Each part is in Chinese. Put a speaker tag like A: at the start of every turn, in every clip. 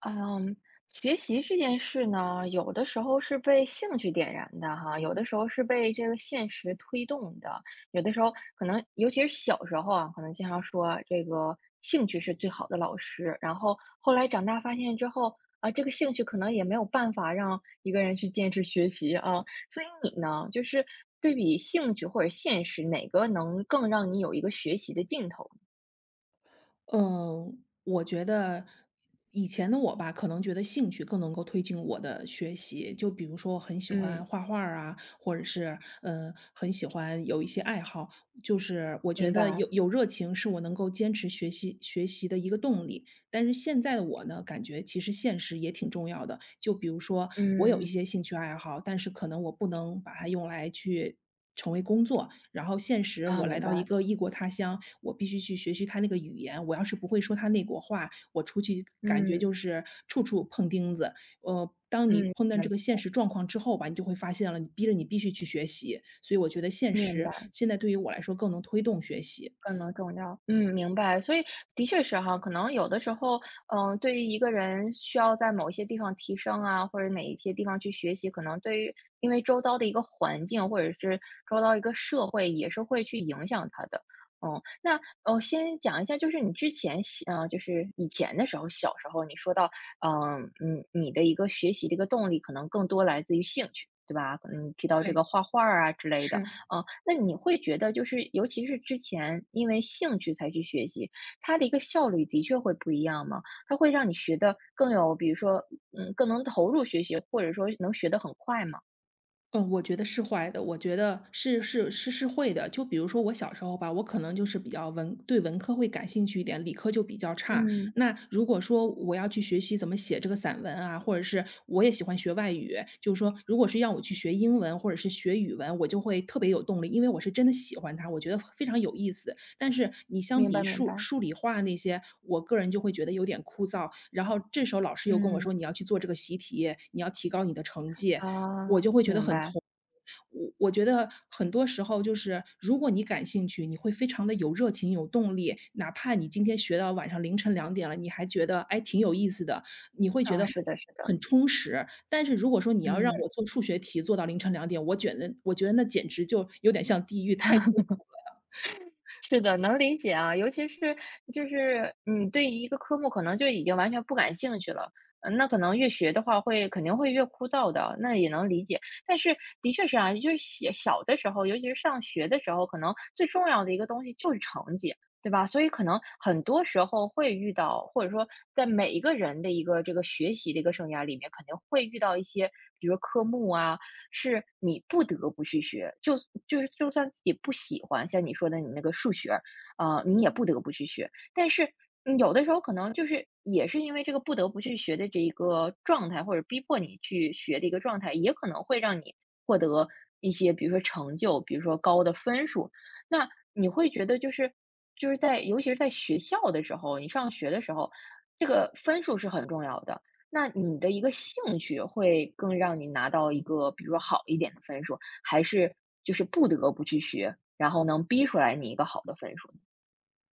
A: 嗯，学习这件事呢，有的时候是被兴趣点燃的哈，有的时候是被这个现实推动的，有的时候可能，尤其是小时候啊，可能经常说这个兴趣是最好的老师，然后后来长大发现之后啊，这个兴趣可能也没有办法让一个人去坚持学习啊，所以你呢，就是对比兴趣或者现实，哪个能更让你有一个学习的劲头？
B: 嗯，我觉得以前的我吧，可能觉得兴趣更能够推进我的学习。就比如说，我很喜欢
A: 嗯，
B: 画画儿啊，或者是很喜欢有一些爱好，就是我觉
A: 明
B: 得
A: 白，
B: 有热情是我能够坚持学习的一个动力。但是现在的我呢，感觉其实现实也挺重要的。就比如说，我有一
A: 嗯，
B: 些兴趣爱好，但是可能我不能把它用来去成为工作。然后现实，
A: 啊，
B: 我来
A: 明
B: 到一
A: 白，
B: 个异国他乡，我必须去学习他那个语言。我要是不会说他那国话，我出去感觉
A: 嗯。
B: 就是处处碰钉子。当你
A: 嗯，
B: 碰到这
A: 嗯
B: 个现实状况之后吧，你就会发现了，你逼着你必须去学习。所以我觉得现
A: 明明
B: 实
A: 白，
B: 现在对于我来说更能推动学习。
A: 更能重要。嗯，明白。所以的确是哈，可能有的时候，对于一个人需要在某一些地方提升啊，或者哪一些地方去学习，可能对于因为周遭的一个环境或者是周遭一个社会，也是会去影响他的。嗯，那先讲一下，就是你之前喜，呃，就是以前的时候，小时候你说到，你的一个学习的一个动力，可能更多来自于兴趣，对吧？可能你提到这
B: 对，
A: 个画画儿啊之类的，
B: 是。
A: 哦，那你会觉得就是尤其是之前因为兴趣才去学习，它的一个效率的确会不一样吗？它会让你学的更有比如说，更能投入学习，或者说能学的很快吗？
B: 嗯，我觉得是坏的，我觉得是会的。就比如说我小时候吧，我可能就是比较文科会感兴趣一点，理科就比较差。
A: 嗯，
B: 那如果说我要去学习怎么写这个散文啊，或者是我也喜欢学外语，就是说如果是让我去学英文或者是学语文，我就会特别有动力，因为我是真的喜欢它，我觉得非常有意思。但是你相
A: 明
B: 比
A: 白明白。
B: 数理化那些，我个人就会觉得有点枯燥。然后这时候老师又跟我说，
A: 嗯。
B: 你要去做这个习题，你要提高你的成绩，我就
A: 啊，
B: 会觉得
A: 明
B: 很
A: 白，
B: 痛。我觉得很多时候就是，如果你感兴趣，你会非常的有热情、有动力，哪怕你今天学到晚上凌晨两点了，你还觉得，哎，挺有意思的，你会觉得
A: 啊，
B: 很
A: 是的是的，
B: 很充实。但是如果说你要让
A: 嗯。
B: 我做数学题做到凌晨两点，我觉得那简直就有点像地狱，太痛苦了。
A: 是的，能理解啊，尤其是就是你对一个科目可能就已经完全不感兴趣了，那可能越学的话肯定会越枯燥的，那也能理解。但是的确是啊，就是小小的时候，尤其是上学的时候，可能最重要的一个东西就是成绩，对吧？所以可能很多时候会遇到，或者说在每一个人的一个这个学习的一个生涯里面，肯定会遇到一些，比如科目啊，是你不得不去学，就是就算自己不喜欢，像你说的你那个数学，啊，你也不得不去学。但是有的时候可能就是也是因为这个不得不去学的这一个状态，或者逼迫你去学的一个状态，也可能会让你获得一些，比如说成就，比如说高的分数。那你会觉得就是在尤其是在学校的时候，你上学的时候，这个分数是很重要的。那你的一个兴趣会更让你拿到一个，比如说好一点的分数，还是就是不得不去学，然后能逼出来你一个好的分数呢？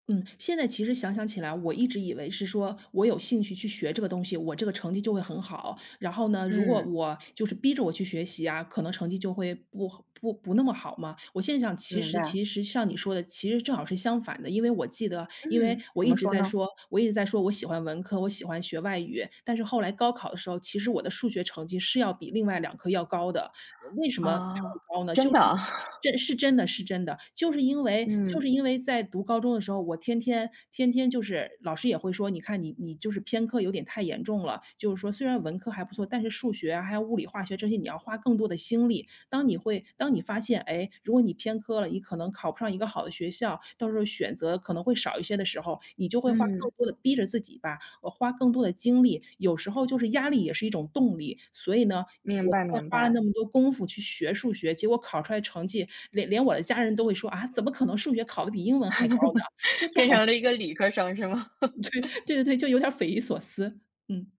B: 嗯，现在其实想想起来，我一直以为是说我有兴趣去学这个东西，我这个成绩就会很好。然后呢，如果
A: 嗯，
B: 我就是逼着我去学习啊，可能成绩就会不好不不那么好嘛。我现在想，其
A: 明
B: 实
A: 白。
B: 其实像你说的，其实正好是相反的，因为我记得，因为
A: 嗯，怎么说呢？
B: 我一直在说我喜欢文科，我喜欢学外语，但是后来高考的时候，其实我的数学成绩是要比另外两科要高的。为什么它
A: 啊，
B: 会高呢？就
A: 真
B: 是
A: 的
B: 因
A: 啊
B: 真是真的是真的，就是因为就
A: 嗯
B: 是因为在读高中的时候，我天天就是老师也会说，你看你就是偏科有点太严重了，就是说虽然文科还不错，但是数学啊，还有物理、化学这些你要花更多的心力。当你发现，哎，如果你偏科了，你可能考不上一个好的学校，到时候选择可能会少一些的时候，你就会花更
A: 嗯，
B: 多的逼着自己吧，花更多的精力，有时候就是压力也是一种动力。所以呢，
A: 明
B: 我才
A: 白
B: 会
A: 明
B: 花了那
A: 白。
B: 么多功夫去学数学，结果考出来成绩，连我的家人都会说："啊，怎么可能数学考的比英文还高呢？"这 这
A: 变
B: 好
A: 成了一个理科生是吗？
B: 对对对，就有点匪夷所思，嗯。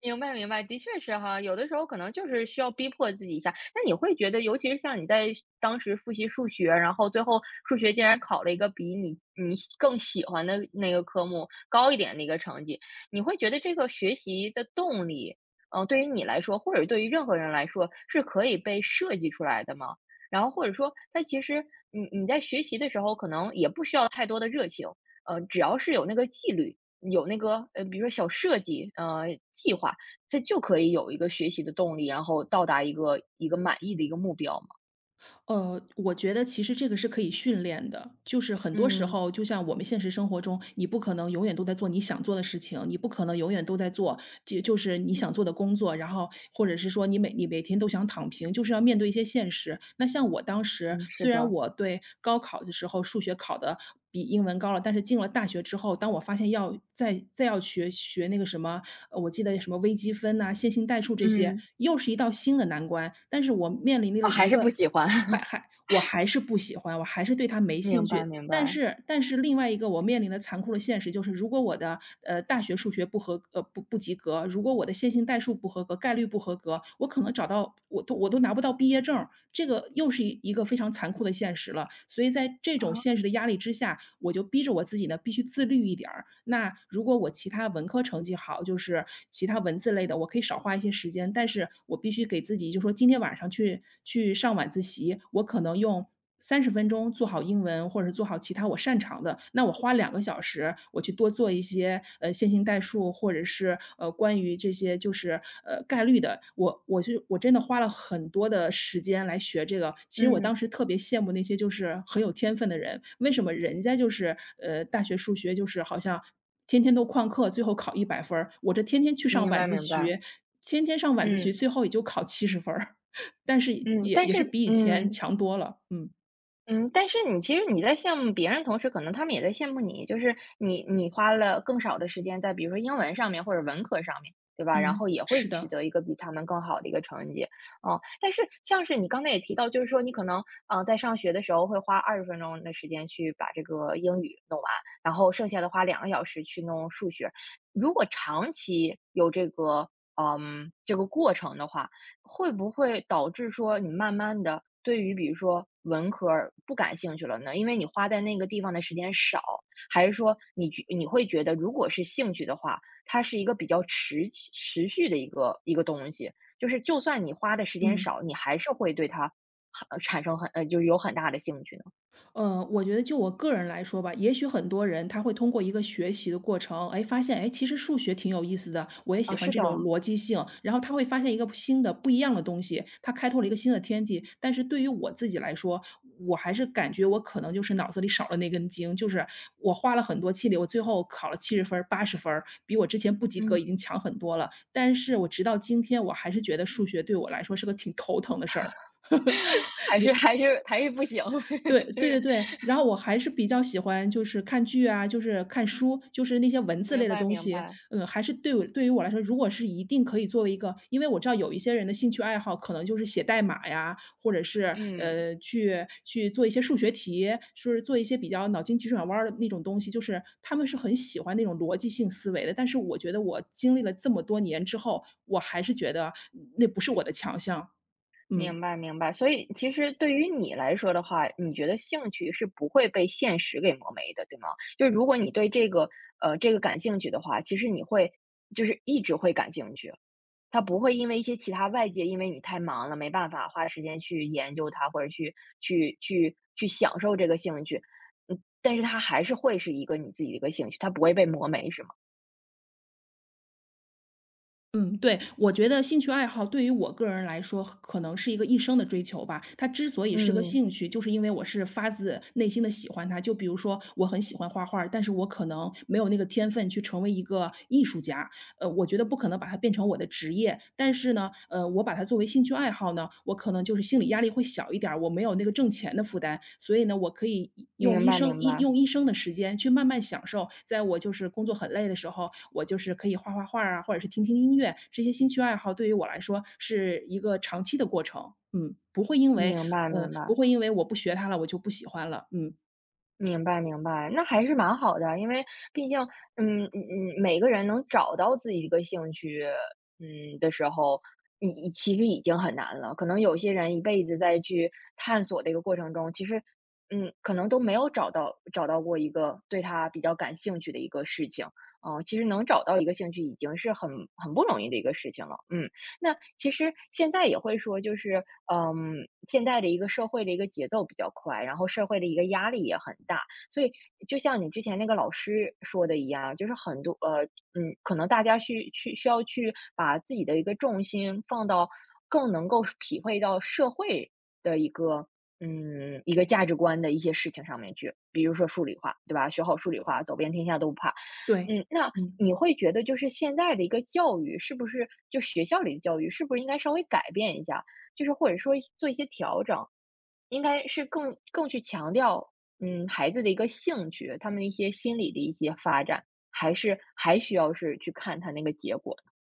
A: 明白明白，的确是哈，有的时候可能就是需要逼迫自己一下。那你会觉得，尤其是像你在当时复习数学，然后最后数学竟然考了一个比你更喜欢的那个科目高一点的一个成绩，你会觉得这个学习的动力，对于你来说，或者对于任何人来说，是可以被设计出来的吗？然后或者说，它其实你在学习的时候，可能也不需要太多的热情，只要是有那个纪律。有那个比如说小设计，计划，它就可以有一个学习的动力，然后到达一个一个满意的一个目标嘛。
B: 我觉得其实这个是可以训练的，就是很多时
A: 嗯，
B: 候，就像我们现实生活中，你不可能永远都在做你想做的事情，你不可能永远都在做就是你想做的工作，然后或者是说你每天都想躺平，就是要面对一些现实。那像我当时，
A: 嗯，是
B: 虽然
A: 的，
B: 我对高考的时候数学考的比英文高了，但是进了大学之后，当我发现要再要学那个什么，我记得什么微积分呐、线性代数这些，
A: 嗯，
B: 又是一道新的难关。但是我面临了
A: 啊，
B: 一
A: 还是
B: 个。
A: 不喜欢，
B: 我还是不喜欢，我还是对它没兴
A: 明白
B: 趣。
A: 明
B: 但
A: 白，
B: 是但是另外一个我面临的残酷的现实就是，如果我的，大学数学不合呃，不不及格，如果我的线性代数不合格，概率不合格，我可能我都拿不到毕业证儿。这个又是一个非常残酷的现实了。所以在这种
A: 啊，
B: 现实的压力之下，我就逼着我自己呢，必须自律一点儿。那如果我其他文科成绩好，就是其他文字类的，我可以少花一些时间，但是我必须给自己就说今天晚上去上晚自习，我可能用30分钟做好英文，或者是做好其他我擅长的，那我花2个小时，我去多做一些，线性代数，或者是，关于这些就是，概率的，我真的花了很多的时间来学这个。其实我当
A: 嗯，
B: 时特别羡慕那些就是很有天分的人，为什么人家就是，大学数学就是好像天天都旷课，最后考100分儿，我这天天去上
A: 明
B: 晚
A: 白
B: 自
A: 明白，
B: 习，
A: 嗯，
B: 最后也就考70分儿。但是
A: 嗯，
B: 也
A: 但
B: 也
A: 是
B: 是比以前
A: 嗯。
B: 强多了，嗯，
A: 嗯，但是其实你在羡慕别人同时，可能他们也在羡慕你，就是你花了更少的时间在比如说英文上面或者文科上面，对吧？然
B: 嗯，
A: 后也会
B: 是
A: 取
B: 的，
A: 得一个比他们更好的一个成绩，嗯。但是像是你刚才也提到，就是说你可能，在上学的时候会花20分钟的时间去把这个英语弄完，然后剩下的花2个小时去弄数学。如果长期有这个过程的话，会不会导致说你慢慢的对于比如说文科儿不感兴趣了呢？因为你花在那个地方的时间少，还是说你会觉得如果是兴趣的话，它是一个比较持续的一个东西，就是就算你花的时间
B: 嗯。
A: 少，你还是会对它很产生很呃，就是有很大的兴趣呢？
B: 我觉得就我个人来说吧，也许很多人他会通过一个学习的过程，哎，发现哎，其实数学挺有意思的，我也喜
A: 啊，
B: 欢
A: 是
B: 这
A: 的，
B: 种逻辑性，然后他会发现一个新的不一样的东西，他开拓了一个新的天地。但是对于我自己来说，我还是感觉我可能就是脑子里少了那根筋，就是我花了很多气力，我最后考了70分80分儿比我之前不及格
A: 嗯，
B: 已经强很多了。但是我直到今天，我还是觉得数学对我来说是个挺头疼的事儿。
A: 还是不行，
B: 对，
A: 就
B: 对
A: 是
B: 对对，然后我还是比较喜欢就是看剧啊，就是看书，就是那些文字类
A: 明
B: 的
A: 白
B: 东
A: 明
B: 西，
A: 白，
B: 嗯，还是对于我来说，如果是一定可以作为一个因为我知道有一些人的兴趣爱好可能就是写代码呀，或者是，
A: 嗯。
B: 去做一些数学题，就是做一些比较脑筋急转弯儿的那种东西，就是他们是很喜欢那种逻辑性思维的。但是我觉得我经历了这么多年之后，我还是觉得那不是我的强项，嗯。
A: 明白明白，所以其实对于你来说的话，你觉得兴趣是不会被现实给磨没的，对吗？就是如果你对这个感兴趣的话，其实你会就是一直会感兴趣，它不会因为一些其他外界，因为你太忙了没办法花时间去研究它，或者去享受这个兴趣，嗯，但是它还是会是一个你自己的一个兴趣，它不会被磨没，是吗？
B: 嗯，对，我觉得兴趣爱好对于我个人来说，可能是一个一生的追求吧。它之所以是个
A: 嗯，
B: 兴趣，就是因为我是发自内心的喜欢它。就比如说，我很喜欢画画儿但是我可能没有那个天分去成为一个艺术家。我觉得不可能把它变成我的职业，但是呢，我把它作为兴趣爱好呢，我可能就是心理压力会小一点儿，我没有那个挣钱的负担，所以呢，我可以
A: 明白明
B: 一
A: 白
B: 用一生的时间去慢慢享受，在我就是工作很累的时候，我就是可以画画儿啊，或者是听听音乐，这些兴趣爱好对于我来说是一个长期的过程。嗯，不会因为
A: 明白
B: 呃，
A: 明
B: 不
A: 白。
B: 会因为我不学它了，我就不喜欢了。嗯，
A: 明白明白，那还是蛮好的啊，因为毕竟，嗯嗯嗯，每个人能找到自己一个兴趣，的时候，你其实已经很难了。可能有些人一辈子在去探索的一个过程中，其实，可能都没有找到过一个对他比较感兴趣的一个事情。嗯，其实能找到一个兴趣已经是很不容易的一个事情了。嗯，那其实现在也会说，就是现在的一个社会的一个节奏比较快，然后社会的一个压力也很大，所以就像你之前那个老师说的一样，就是很多可能大家需要去把自己的一个重心放到更能够体会到社会的一个价值观的一些事情上面去，比如说数理化，对吧？学好数理化，走遍天下都不怕。
B: 对，
A: 嗯，那
B: 嗯。
A: 你会觉得就是现在的一个教育，是不是就学校里的教育，是不是应该稍微改变一下？就是或者说做一些调整，应该是更去强调，孩子的一个兴趣，他们的一些心理的一些发展，还是还需要是去看他那个结果呢？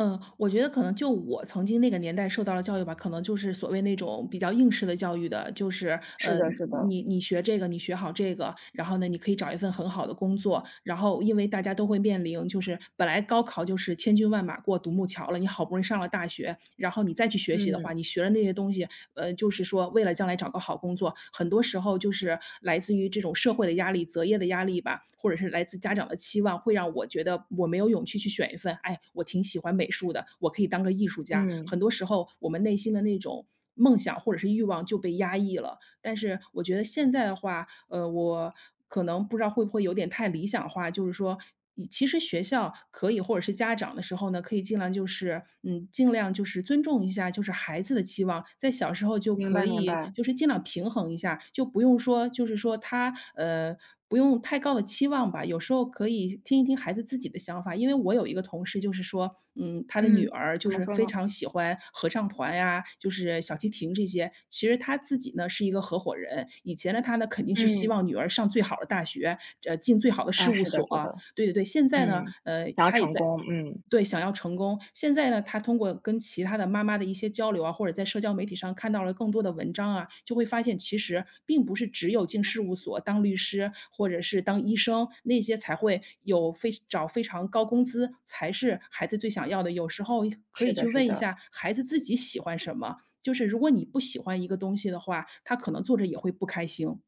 B: 嗯，我觉得可能就我曾经那个年代受到了教育吧，可能就是所谓那种比较应试的教育的，就是
A: 是
B: 呃，
A: 的，
B: 你
A: 是的，
B: 你学这个，你学好这个，然后呢，你可以找一份很好的工作。然后，因为大家都会面临，就是本来高考就是千军万马过独木桥了，你好不容易上了大学，然后你再去学习的话，
A: 嗯
B: 你学了那些东西，就是说为了将来找个好工作，很多时候就是来自于这种社会的压力、择业的压力吧，或者是来自家长的期望，会让我觉得我没有勇气去选一份，哎，我挺喜欢美术的，我可以当个艺术家。
A: 嗯，
B: 很多时候，我们内心的那种梦想或者是欲望就被压抑了。但是我觉得现在的话，我可能不知道会不会有点太理想化，就是说以其实学校可以或者是家长的时候呢，可以尽量就是，嗯，尽量就是尊重一下就是孩子的期望，在小时候就
A: 明
B: 可
A: 白明
B: 以
A: 白，
B: 就是尽量平衡一下，就不用说就是说他，不用太高的期望吧，有时候可以听一听孩子自己的想法。因为我有一个同事就是说，嗯，他的女
A: 嗯，
B: 儿就
A: 怎么
B: 是
A: 说
B: 非
A: 呢？
B: 常喜欢合唱团呀，就是小提琴这些。其实她自己呢是一个合伙人，以前的她呢肯定是希
A: 嗯，
B: 望女儿上最好的大学，进最好的事
A: 啊，
B: 务
A: 是
B: 所
A: 的，是
B: 啊。
A: 的，
B: 对对对，现在呢，
A: 嗯，想要
B: 她也
A: 成
B: 在
A: 功，嗯，
B: 对，想要成功。现在呢，他通过跟其他的妈妈的一些交流啊，或者在社交媒体上看到了更多的文章啊，就会发现其实并不是只有进事务所当律师或者是当医生，那些才会有非找非常高工资才是孩子最想要的。有时候可
A: 是
B: 以去
A: 的，是
B: 问一
A: 的。
B: 下孩子自己喜欢什么，就是如果你不喜欢一个东西的话，他可能做着也会不开心。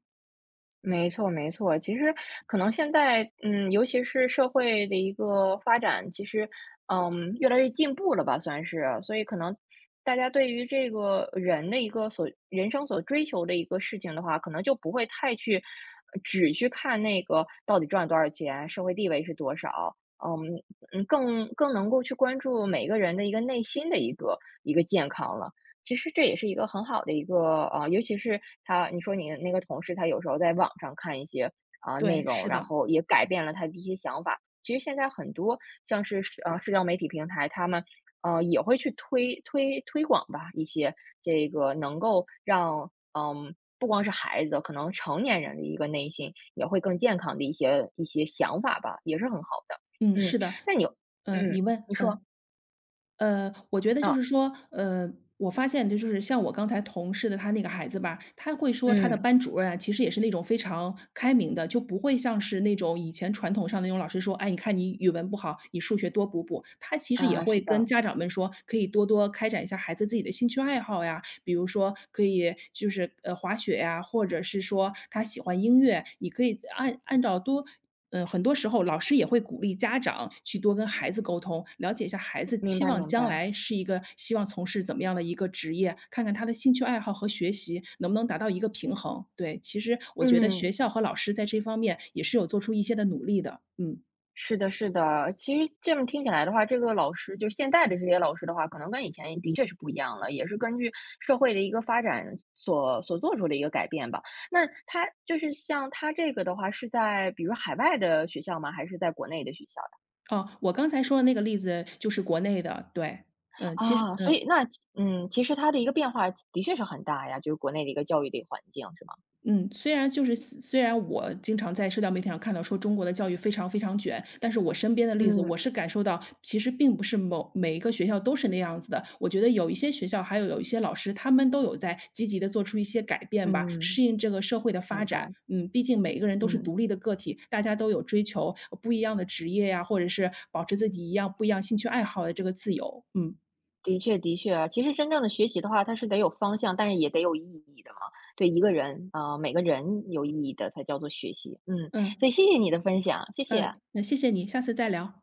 A: 没错，没错。其实可能现在，尤其是社会的一个发展，其实，越来越进步了吧，算是。所以可能大家对于这个人的一个人生所追求的一个事情的话，可能就不会太去只去看那个到底赚了多少钱，社会地位是多少，嗯更能够去关注每个人的一个内心的一个健康了。其实这也是一个很好的一个尤其是你说你那个同事，他有时候在网上看一些内
B: 对，
A: 容，
B: 是
A: 然
B: 的，
A: 后也改变了他的一些想法。其实现在很多像是社交媒体平台，他们，也会去推广吧，一些这个能够让不光是孩子，可能成年人的一个内心也会更健康的一些想法吧，也是很好的。
B: 嗯，
A: 嗯，
B: 是的，
A: 那你
B: 嗯，你
A: 嗯，
B: 问，
A: 你说，
B: 嗯。我觉得就
A: 啊，
B: 是说，我发现就是像我刚才同事的他那个孩子吧，他会说他的
A: 嗯，
B: 班主任啊，其实也是那种非常开明的，就不会像是那种以前传统上的那种老师说，哎，你看你语文不好，你数学多补补。他其实也
A: 啊，
B: 会
A: 是
B: 跟
A: 的，
B: 家长们说，可以多多开展一下孩子自己的兴趣爱好呀，比如说可以就是滑雪呀，或者是说他喜欢音乐，你可以按按照多。嗯，很多时候老师也会鼓励家长去多跟孩子沟通，了解一下孩子
A: 明
B: 期
A: 白
B: 望
A: 明
B: 将
A: 白。
B: 来是一个希望从事怎么样的一个职业，看看他的兴趣爱好和学习能不能达到一个平衡。对，其实我觉得
A: 嗯，
B: 学校和老师在这方面也是有做出一些的努力的。嗯，
A: 是的，是的。其实这么听起来的话，这个老师就现在的这些老师的话，可能跟以前的确是不一样了，也是根据社会的一个发展所做出的一个改变吧。那他就是像他这个的话，是在比如海外的学校吗？还是在国内的学校呀
B: 哦，我刚才说的那个例子就是国内的，对。嗯，其实
A: 啊，所
B: 嗯，
A: 以那其嗯，其实它的一个变化的确是很大呀，就是国内的一个教育的一个环境，是吗？
B: 嗯，虽然我经常在社交媒体上看到说中国的教育非常非常卷，但是我身边的例子，我
A: 嗯
B: 是感受到其实并不是某每一个学校都是那样子的。我觉得有一些学校，还有一些老师，他们都有在积极的做出一些改变吧，
A: 嗯，
B: 适应这个社会的发
A: 明
B: 展。
A: 白，
B: 嗯，毕竟每一个人都是
A: 嗯。
B: 独立的个体，大家都有追求不一样的职业呀，或者是保持自己一样不一样兴趣爱好的这个自由。嗯，
A: 的确，的确啊，其实真正的学习的话，它是得有方向，但是也得有意义的嘛。对一个人，每个人有意义的才叫做学习。嗯，
B: 嗯，
A: 所以谢谢你的分享，谢谢
B: 嗯，
A: 啊。嗯。
B: 那谢谢你，下次再聊。